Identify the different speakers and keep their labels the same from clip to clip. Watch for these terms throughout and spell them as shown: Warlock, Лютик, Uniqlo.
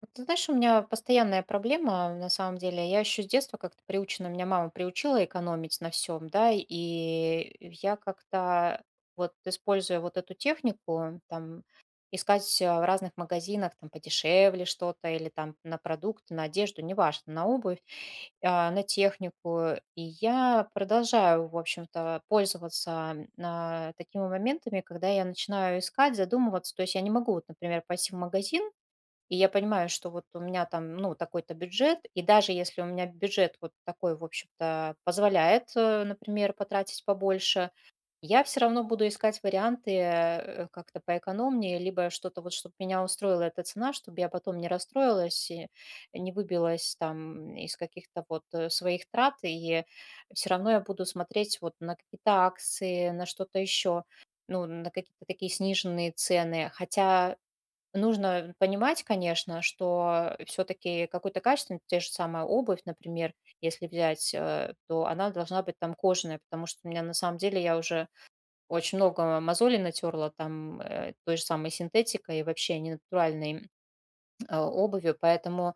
Speaker 1: Вот, ты знаешь, у меня постоянная проблема, на самом деле. Я еще с детства как-то приучена, меня мама приучила экономить на всем, да, и я как-то вот используя вот эту технику, там, искать в разных магазинах там подешевле что-то или там на продукты, на одежду, неважно, на обувь, на технику. И я продолжаю, в общем-то, пользоваться такими моментами, когда я начинаю искать, задумываться. То есть я не могу, вот, например, пойти в магазин, и я понимаю, что вот у меня там, ну, такой-то бюджет, и даже если у меня бюджет вот такой, в общем-то, позволяет, например, потратить побольше, я все равно буду искать варианты как-то поэкономнее, либо что-то вот, чтобы меня устроила эта цена, чтобы я потом не расстроилась и не выбилась там из каких-то вот своих трат, и все равно я буду смотреть вот на какие-то акции, на что-то еще, ну, на какие-то такие сниженные цены. Хотя нужно понимать, конечно, что все таки какой-то качественный, те же самая обувь, например, если взять, то она должна быть там кожаная, потому что у меня на самом деле я уже очень много мозолей натерла там, той же самой синтетикой и вообще ненатуральной, обувью, поэтому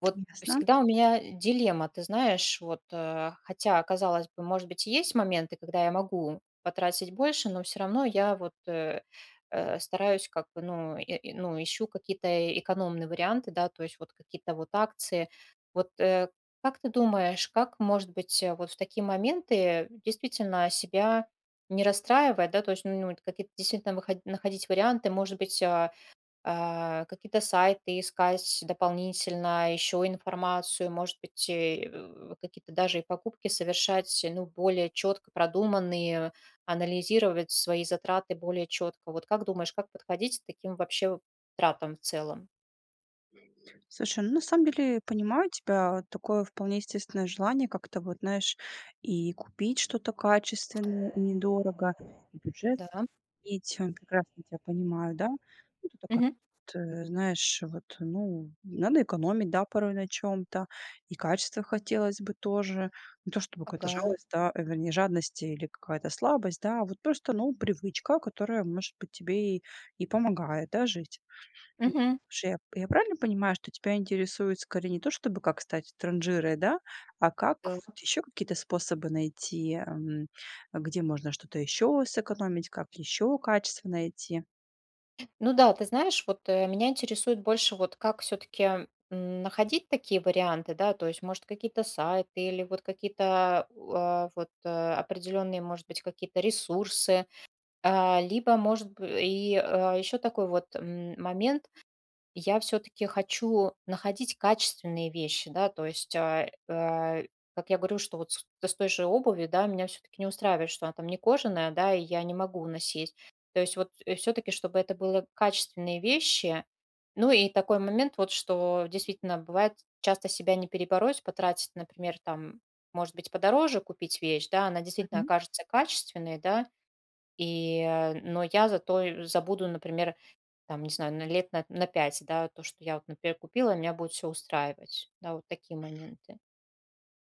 Speaker 1: вот
Speaker 2: Ясно.
Speaker 1: всегда у меня дилемма, ты знаешь, вот, хотя, казалось бы, может быть, и есть моменты, когда я могу потратить больше, но все равно я вот, стараюсь как бы, ну, и ну, ищу какие-то экономные варианты, да, то есть вот какие-то вот акции. Вот, как ты думаешь, как, может быть, вот в такие моменты действительно себя не расстраивать, да, то есть, ну, вот какие-то действительно выход находить варианты, может быть, какие-то сайты искать дополнительно, еще информацию, может быть, какие-то даже и покупки совершать, ну, более четко продуманные, анализировать свои затраты более четко. Вот как думаешь, как подходить к таким вообще тратам в целом?
Speaker 2: Слушай, ну, на самом деле, понимаю тебя. Такое вполне естественное желание как-то вот, знаешь, и купить что-то качественное и недорого, и бюджет
Speaker 1: Да.
Speaker 2: сократить. Прекрасно тебя понимаю, да? Ну, ты такая,
Speaker 1: Мгм.
Speaker 2: вот, знаешь, вот, ну, надо экономить, да, порой на чем-то, и качество хотелось бы тоже. Не то чтобы какая-то
Speaker 1: Ага.
Speaker 2: жалость, да, вернее, жадность или какая-то слабость, да, а вот просто, ну, привычка, которая, может быть, тебе и помогает, да, жить. М,
Speaker 1: Мгм.
Speaker 2: слушай, я правильно понимаю, что тебя интересует скорее не то, чтобы как стать транжирой, да, а как вот еще какие-то способы найти, где можно что-то еще сэкономить, как еще качество найти?
Speaker 1: Ну да, ты знаешь, вот меня интересует больше, вот как все-таки находить такие варианты, да, то есть, может, какие-то сайты или вот какие-то а, вот э, определенные, может быть, какие-то ресурсы, либо, может быть, и еще такой вот момент, я все таки хочу находить качественные вещи, да, то есть, как я говорю, что вот с той же обуви, да, меня все таки не устраивает, что она там не кожаная, да, и я не могу носить. То есть вот, все таки чтобы это было качественные вещи. Ну и такой момент вот, что действительно бывает часто себя не перебороть, потратить, например, там, может быть, подороже купить вещь, да, она действительно окажется качественной, да, и, но я зато и забуду, например, там, не знаю, на лет на пять, да, то, что я вот, например, купила, и меня будет все устраивать. Да, вот такие моменты.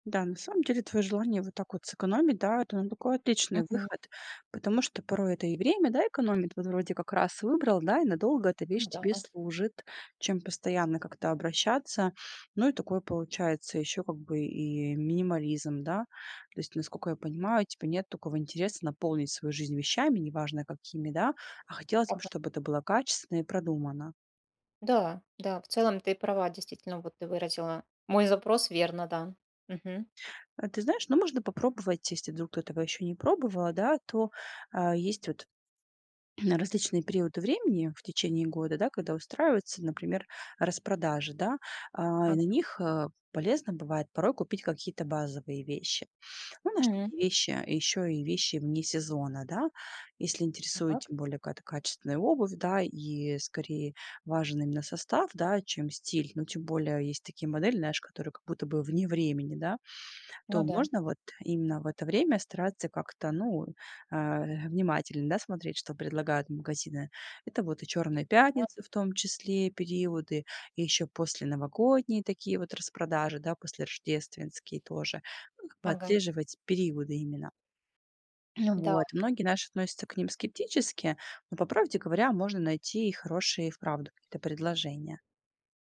Speaker 2: Да, на самом деле твое желание вот так вот сэкономить, да, это ну, такой отличный
Speaker 1: Мгм.
Speaker 2: выход, потому что порой это и время, да, экономит, вот вроде как раз выбрал, да, и надолго эта вещь
Speaker 1: Ну да.
Speaker 2: тебе служит, чем постоянно как-то обращаться. Ну и такое получается еще как бы и минимализм, да, то есть, насколько я понимаю, типа нет такого интереса наполнить свою жизнь вещами, неважно какими, да, а хотелось бы,
Speaker 1: Ага.
Speaker 2: чтобы это было качественно и продумано.
Speaker 1: Да, да, в целом ты права, действительно, вот ты выразила мой запрос верно, да. Мгм.
Speaker 2: А ты знаешь, ну можно попробовать, если вдруг кто этого еще не пробовала, да, то а, есть вот на различные периоды времени в течение года, да, когда устраиваются, например, распродажи, да, а, и на
Speaker 1: Ага.
Speaker 2: них полезно бывает порой купить какие-то базовые вещи. Ну, наши
Speaker 1: М.
Speaker 2: такие вещи, еще и вещи вне сезона, да, если интересует
Speaker 1: Так.
Speaker 2: тем более какая-то качественная обувь, да, и скорее важен именно состав, да, чем стиль, но тем более есть такие модели, знаешь, которые как будто бы вне времени, да, то
Speaker 1: Ну да.
Speaker 2: можно вот именно в это время стараться как-то, ну, а, внимательно, да, смотреть, что предлагают магазины. Это вот и черные
Speaker 1: А.
Speaker 2: пятницы в том числе периоды, и еще после новогодние такие вот распродажи, да, после Рождественские тоже. Ну, как бы
Speaker 1: Ага.
Speaker 2: отслеживать периоды именно. Ну
Speaker 1: Да.
Speaker 2: вот. Многие наши относятся к ним скептически, но, по правде говоря, можно найти и хорошие, и вправду, какие-то предложения.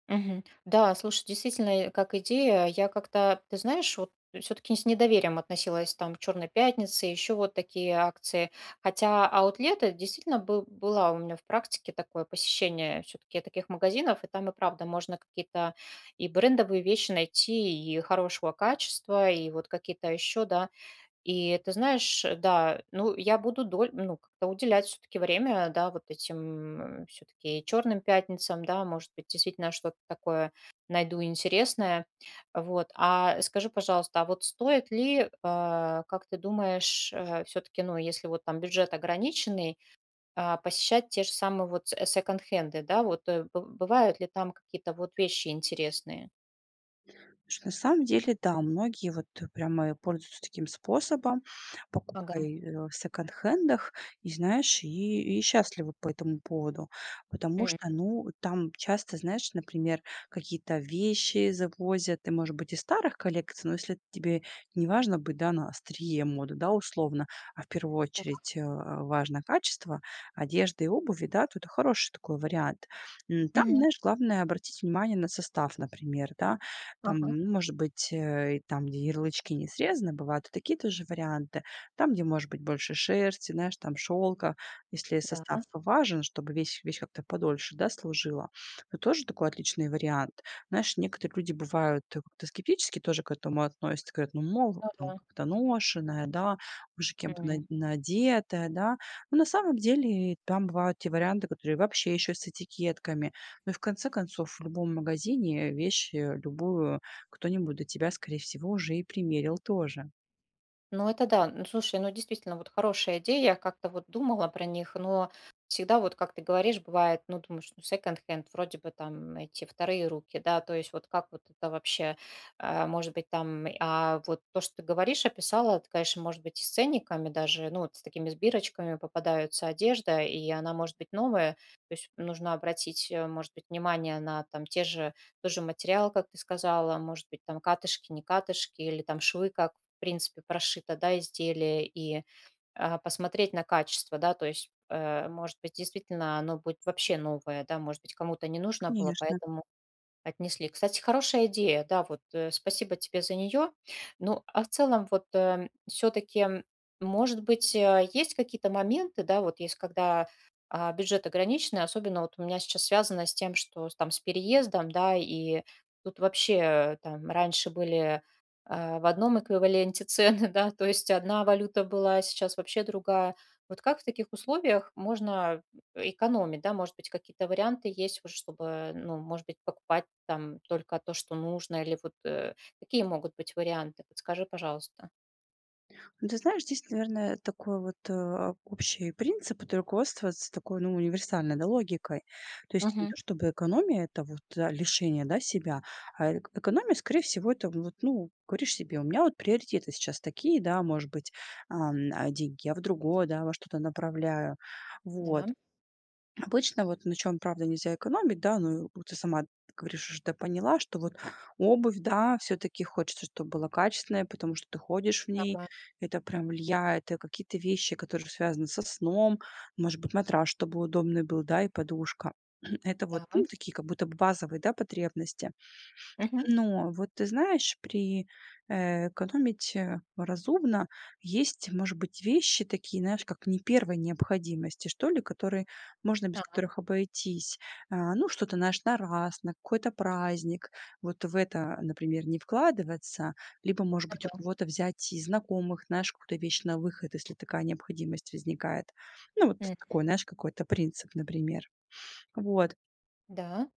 Speaker 1: Мгм. Да, слушай, действительно, как идея, я как-то, ты знаешь, вот все-таки с недоверием относилась там к «Черной пятнице», еще вот такие акции. Хотя аутлеты действительно был, была у меня в практике такое посещение все-таки таких магазинов, и там и правда можно какие-то и брендовые вещи найти, и хорошего качества, и вот какие-то еще, да. И ты знаешь, да, ну, я буду как-то уделять все таки время, да, вот этим, все таки черным пятницам, да, может быть, действительно что-то такое найду интересное. Вот. А скажи, пожалуйста, а вот стоит ли, как ты думаешь, все таки, ну, если вот там бюджет ограниченный, посещать те же самые вот се секонд-хенды, да, вот, э, бы бывают ли там какие-то вот вещи интересные?
Speaker 2: Слушай, на самом деле, да, многие вот прямо и пользуются таким способом,
Speaker 1: Ага.
Speaker 2: покупкой, в секонд-хендах, и знаешь, и счастливы по этому поводу. Потому
Speaker 1: М.
Speaker 2: что, ну, там часто, знаешь, например, какие-то вещи завозят, и, может быть, из старых коллекций, но если тебе не важно быть, да, на острие моды, да, условно, а в первую
Speaker 1: Так.
Speaker 2: очередь, важно качество одежды и обуви, да, то это хороший такой вариант. М, там,
Speaker 1: Мгм.
Speaker 2: знаешь, главное обратить внимание на состав, например, да. Там,
Speaker 1: Ага.
Speaker 2: ну, может быть, и там, где ярлычки не срезаны, бывают и такие тоже варианты. Там, где, может быть, больше шерсти, знаешь, там шелка, если состав
Speaker 1: Да.
Speaker 2: важен, чтобы вещь как-то подольше, да, служила, то тоже такой отличный вариант. Знаешь, некоторые люди бывают как-то скептически тоже к этому относятся, говорят, ну, мол,
Speaker 1: Ну да.
Speaker 2: там как-то ношеная, да, уже кем-то надетая, да. Но на самом деле там бывают те варианты, которые вообще еще с этикетками. Ну и в конце концов, в любом магазине вещь, любую кто-нибудь до тебя, скорее всего, уже и примерил тоже.
Speaker 1: Ну, это да. Ну, слушай, ну, действительно, вот хорошая идея. Я как-то вот думала про них, но всегда вот, как ты говоришь, бывает, ну, думаешь, ну, секонд-хенд, вроде бы там эти вторые руки, да, то есть вот как вот это вообще, может быть, там, а вот то, что ты говоришь, описала, это, конечно, может быть, и с ценниками даже, ну, вот с такими сбирочками попадаются одежда, и она может быть новая, то есть нужно обратить, может быть, внимание на там те же тоже материал, как ты сказала, может быть, там катышки, не катышки или там швы, как в принципе прошито, да, изделие, и посмотреть на качество, да, то есть, может быть, действительно оно будет вообще новое, да, может быть, кому-то не нужно было,
Speaker 2: Конечно.
Speaker 1: поэтому отнесли. Кстати, хорошая идея, да, вот, спасибо тебе за нее. Ну, а в целом, вот, все-таки, может быть, есть какие-то моменты, да, вот есть, когда, бюджет ограниченный, особенно вот у меня сейчас связано с тем, что с там с переездом, да, и тут вообще там раньше были, в одном эквиваленте цены, да, то есть одна валюта была, а сейчас вообще другая. Вот как в таких условиях можно экономить, да, может быть, какие-то варианты есть, вот чтобы, ну, может быть, покупать там только то, что нужно, или вот какие могут быть варианты? Подскажи, пожалуйста.
Speaker 2: Ну, ты знаешь, здесь, наверное, такой вот общий принцип вот руководствоваться такой, ну, универсальной, да, логикой. То есть не
Speaker 1: Мгм.
Speaker 2: то, чтобы экономия — это вот да, лишение, да, себя, а экономия, скорее всего, это вот, ну, говоришь себе, у меня вот приоритеты сейчас такие, да, может быть, а деньги я в другое, да, во что-то направляю. Вот.
Speaker 1: Да,
Speaker 2: Обычно вот на чем правда, нельзя экономить, да, ну, вот ты сама говоришь, уже да, поняла, что вот обувь, да, все таки хочется, чтобы была качественная, потому что ты ходишь в ней,
Speaker 1: ага,
Speaker 2: это прям влияет. И какие-то вещи, которые связаны со сном, может быть, матрас, чтобы удобный был, да, и подушка. Это вот,
Speaker 1: да.
Speaker 2: ну, такие как будто бы базовые, да, потребности.
Speaker 1: Мгм.
Speaker 2: Но вот ты знаешь, при экономить разумно есть, может быть, вещи такие, знаешь, как не первой необходимости, что ли, которые можно без
Speaker 1: А,
Speaker 2: которых обойтись. А, ну, что-то, знаешь, на раз, на какой-то праздник. Вот в это, например, не вкладываться. Либо, может
Speaker 1: ну
Speaker 2: быть, у
Speaker 1: да.
Speaker 2: кого-то взять из знакомых, знаешь, какую-то вещь на выход, если такая необходимость возникает. Ну, вот
Speaker 1: Мгм.
Speaker 2: такой, знаешь, какой-то принцип, например. Вот.
Speaker 1: Да,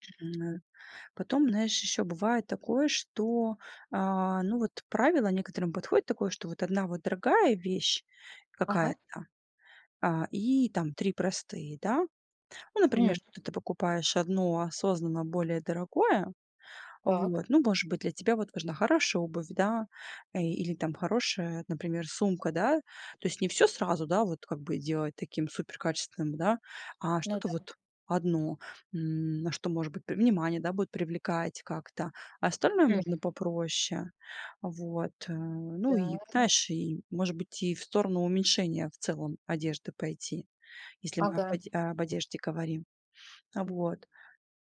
Speaker 2: Потом, знаешь, еще бывает такое, что, а, ну, вот правило некоторым подходит такое, что вот одна вот дорогая вещь
Speaker 1: ага.
Speaker 2: какая-то, а, и там 3 простые, да. Ну, например,
Speaker 1: М.
Speaker 2: что ты покупаешь одно осознанно более дорогое,
Speaker 1: Так,
Speaker 2: вот. Ну, может быть, для тебя вот важна хорошая обувь, да, или там хорошая, например, сумка, да. То есть не все сразу, да, вот как бы делать таким суперкачественным, да, а
Speaker 1: ну
Speaker 2: что-то
Speaker 1: да.
Speaker 2: вот одно, м, на что, может быть, при внимание, да, будет привлекать как-то, а остальное
Speaker 1: М.
Speaker 2: можно попроще. Вот, ну
Speaker 1: Да,
Speaker 2: и, знаешь, и, может быть, и в сторону уменьшения в целом одежды пойти, если мы
Speaker 1: ага.
Speaker 2: об одежде говорим. Вот.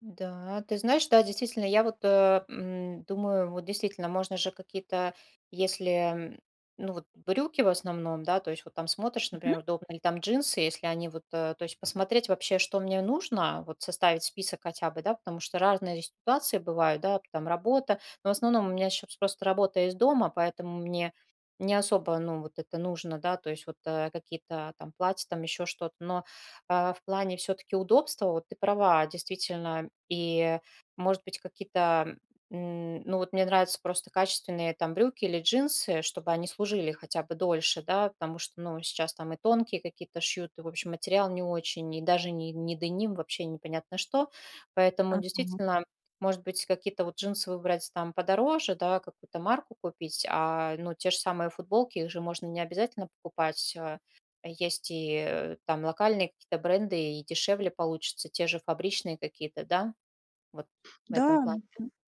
Speaker 1: Да, ты знаешь, да, действительно, я вот думаю, вот действительно, можно же какие-то, если, ну вот брюки в основном, да, то есть вот там смотришь,
Speaker 2: Мгм.
Speaker 1: например, удобно, или там джинсы, если они вот, то есть посмотреть вообще, что мне нужно, вот составить список хотя бы, да, потому что разные ситуации бывают, да, там работа, но в основном у меня сейчас просто работа из дома, поэтому мне не особо, ну, вот это нужно, да, то есть вот какие-то там платья, там еще что-то, но в плане все-таки удобства, вот ты права, действительно, и, может быть, какие-то, ну вот мне нравятся просто качественные там брюки или джинсы, чтобы они служили хотя бы дольше, да, потому что, ну, сейчас там и тонкие какие-то шьют, и, в общем, материал не очень, и даже не, не деним, вообще непонятно что, поэтому
Speaker 2: Ага.
Speaker 1: действительно может быть, какие-то вот джинсы выбрать там подороже, да, какую-то марку купить, а, ну, те же самые футболки, их же можно не обязательно покупать, есть и, там локальные какие-то бренды, и дешевле получатся те же фабричные какие-то, да? Вот в этом
Speaker 2: Да.
Speaker 1: плане.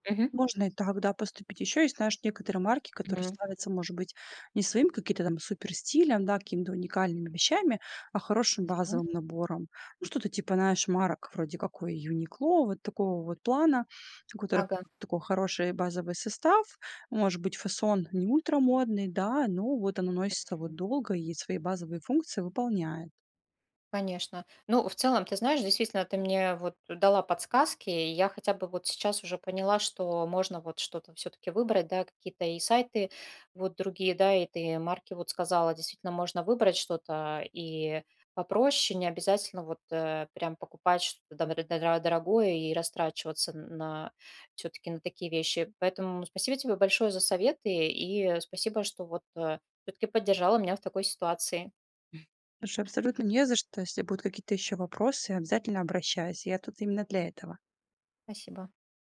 Speaker 1: Мгм.
Speaker 2: Можно и так, да, поступить. Еще есть, знаешь, некоторые марки, которые
Speaker 1: М.
Speaker 2: славятся, может быть, не своим каким-то там супер стилем да, какими-то уникальными вещами, а хорошим
Speaker 1: Да.
Speaker 2: базовым набором. Ну, что-то типа, знаешь, марок вроде какой Uniqlo, вот такого вот плана, у которых
Speaker 1: Ага.
Speaker 2: такой хороший базовый состав, может быть, фасон не ультрамодный, да, но вот оно носится вот долго и свои базовые функции выполняет.
Speaker 1: Конечно. Ну, в целом, ты знаешь, действительно, ты мне вот дала подсказки, и я хотя бы вот сейчас уже поняла, что можно вот что-то все-таки выбрать, да, какие-то и сайты вот другие, да, и ты марки вот сказала, действительно, можно выбрать что-то и попроще, не обязательно вот прям покупать что-то дорогое и растрачиваться на все-таки на такие вещи. Поэтому спасибо тебе большое за советы и спасибо, что вот все-таки поддержала меня в такой ситуации.
Speaker 2: Слушай, абсолютно не за что. Если будут какие-то еще вопросы, обязательно обращайся. Я тут именно для этого.
Speaker 1: Спасибо.